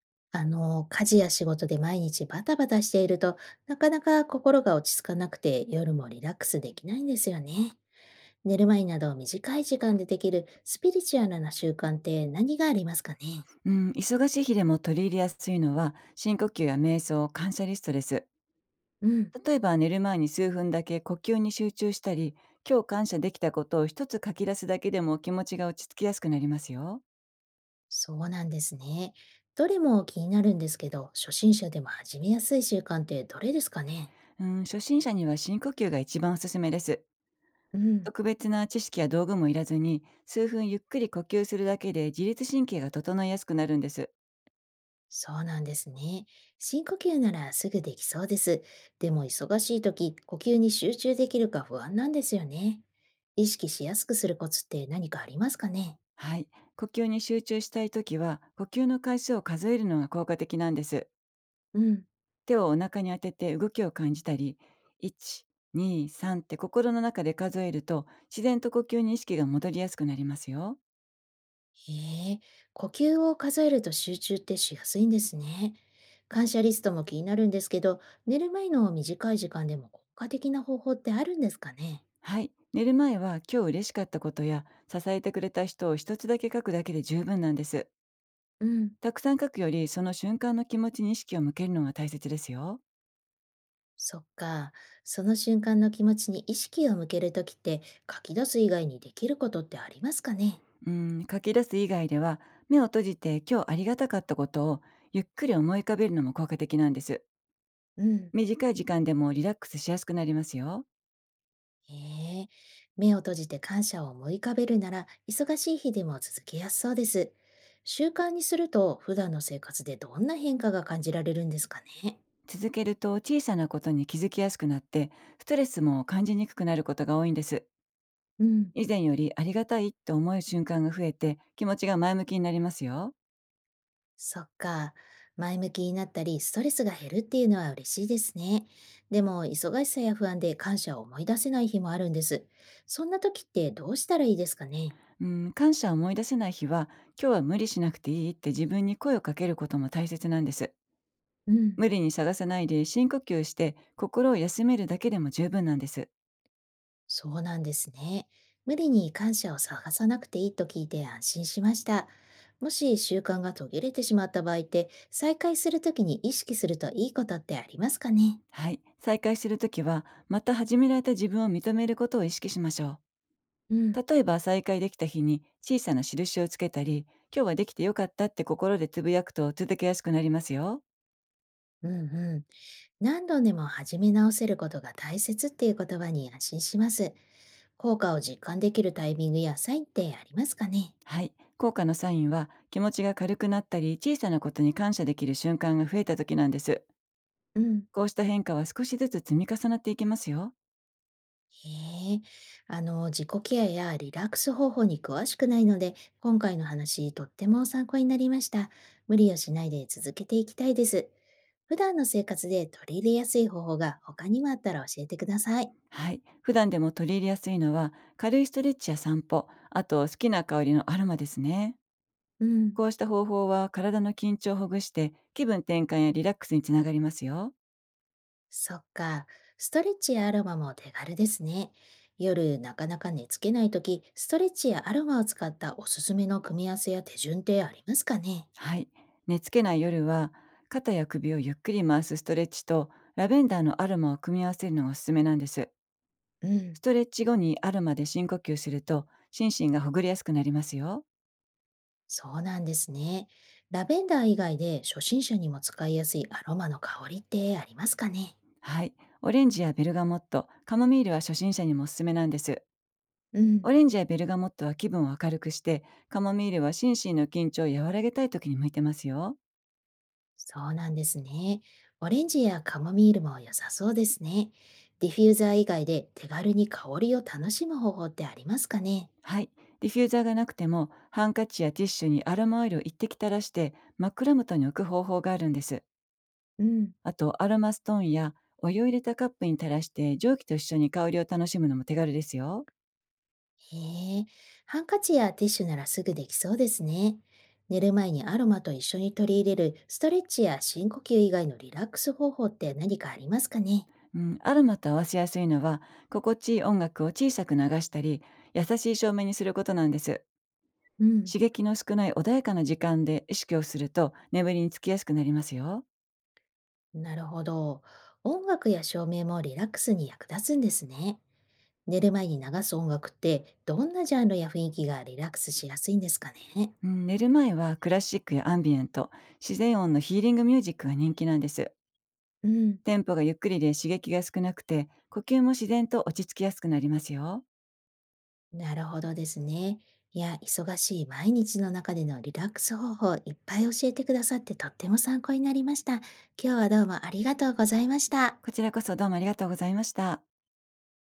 家事や仕事で毎日バタバタしていると、なかなか心が落ち着かなくて夜もリラックスできないんですよね。寝る前など短い時間でできるスピリチュアルな習慣って何がありますかね？うん、忙しい日でも取り入れやすいのは深呼吸や瞑想、感謝リストです。うん、例えば寝る前に数分だけ呼吸に集中したり、今日感謝できたことを一つ書き出すだけでも気持ちが落ち着きやすくなりますよ。そうなんですね。どれも気になるんですけど、初心者でも始めやすい習慣ってどれですかね？うん、初心者には深呼吸が一番おすすめです。うん。特別な知識や道具もいらずに、数分ゆっくり呼吸するだけで自律神経が整いやすくなるんです。そうなんですね。深呼吸ならすぐできそうです。でも忙しい時、呼吸に集中できるか不安なんですよね。意識しやすくするコツって何かありますかね？はい。呼吸に集中したいときは、呼吸の回数を数えるのが効果的なんです。うん、手をお腹に当てて動きを感じたり、1、2、3って心の中で数えると、自然と呼吸に意識が戻りやすくなりますよ。へえ、呼吸を数えると集中ってしやすいんですね。感謝リストも気になるんですけど、寝る前の短い時間でも効果的な方法ってあるんですかね？はい。寝る前は今日嬉しかったことや支えてくれた人を一つだけ書くだけで十分なんです。うん、たくさん書くよりその瞬間の気持ちに意識を向けるのが大切ですよ。そっか、その瞬間の気持ちに意識を向けるときって書き出す以外にできることってありますかね？うん、書き出す以外では、目を閉じて今日ありがたかったことをゆっくり思い浮かべるのも効果的なんです。うん。短い時間でもリラックスしやすくなりますよ。へえ、目を閉じて感謝を思い浮かべるなら、忙しい日でも続けやすそうです。習慣にすると、普段の生活でどんな変化が感じられるんですかね。続けると小さなことに気づきやすくなって、ストレスも感じにくくなることが多いんです。うん。以前よりありがたいと思う瞬間が増えて、気持ちが前向きになりますよ。そっか。前向きになったり、ストレスが減るっていうのは嬉しいですね。でも、忙しさや不安で感謝を思い出せない日もあるんです。そんな時ってどうしたらいいですかね。うん、感謝を思い出せない日は、今日は無理しなくていいって自分に声をかけることも大切なんです。うん。無理に探さないで深呼吸して心を休めるだけでも十分なんです。そうなんですね。無理に感謝を探さなくていいと聞いて安心しました。もし習慣が途切れてしまった場合って、再開するときに意識するといいことってありますかね？はい、再開するときはまた始められた自分を認めることを意識しましょう。うん、例えば再会できた日に小さな印をつけたり、今日はできてよかったって心でつぶやくと続けやすくなりますよ。うんうん。何度でも始め直せることが大切っていう言葉に安心します。効果を実感できるタイミングやサインってありますかね？はい。効果のサインは気持ちが軽くなったり、小さなことに感謝できる瞬間が増えた時なんです。うん、こうした変化は少しずつ積み重なっていきますよ。へえ、自己ケアやリラックス方法に詳しくないので、今回の話、とっても参考になりました。無理をしないで続けていきたいです。普段の生活で取り入れやすい方法が他にもあったら教えてください。はい。普段でも取り入れやすいのは、軽いストレッチや散歩、あと好きな香りのアロマですね。うん、こうした方法は体の緊張をほぐして、気分転換やリラックスにつながりますよ。そっか。ストレッチやアロマも手軽ですね。夜、なかなか寝つけないとき、ストレッチやアロマを使ったおすすめの組み合わせや手順ってありますかね？はい。寝つけない夜は、肩や首をゆっくり回すストレッチと、ラベンダーのアロマを組み合わせるのがおすすめなんです。うん。ストレッチ後にアロマで深呼吸すると、心身がほぐれやすくなりますよ。そうなんですね。ラベンダー以外で初心者にも使いやすいアロマの香りってありますかね？はい。オレンジやベルガモット、カモミールは初心者にもおすすめなんです。うオん。レンジやベルガモットは気分を明るくして、カモミールは心身の緊張を和らげたい時に向いてますよ。そうなんですね。オレンジやカモミールも良さそうですね。ディフューザー以外で手軽に香りを楽しむ方法ってありますかね？はい。ディフューザーがなくても、ハンカチやティッシュにアロマオイルを一滴垂らして、真っ暗元に置く方法があるんです。うん。あとアロマストーンやお湯を入れたカップに垂らして、蒸気と一緒に香りを楽しむのも手軽ですよ。へえ、ハンカチやティッシュならすぐできそうですね。寝る前にアロマと一緒に取り入れるストレッチや深呼吸以外のリラックス方法って何かありますかね？うん、アロマと合わせやすいのは、心地いい音楽を小さく流したり、優しい照明にすることなんです。うん。刺激の少ない穏やかな時間で意識をすると眠りにつきやすくなりますよ。なるほど。音楽や照明もリラックスに役立つんですね。寝る前に流す音楽ってどんなジャンルや雰囲気がリラックスしやすいんですかね？うん、寝る前はクラシックやアンビエント、自然音のヒーリングミュージックが人気なんです。うん。テンポがゆっくりで刺激が少なくて、呼吸も自然と落ち着きやすくなりますよ。なるほどですね。いや、忙しい毎日の中でのリラックス方法いっぱい教えてくださってとっても参考になりました。今日はどうもありがとうございました。こちらこそどうもありがとうございました。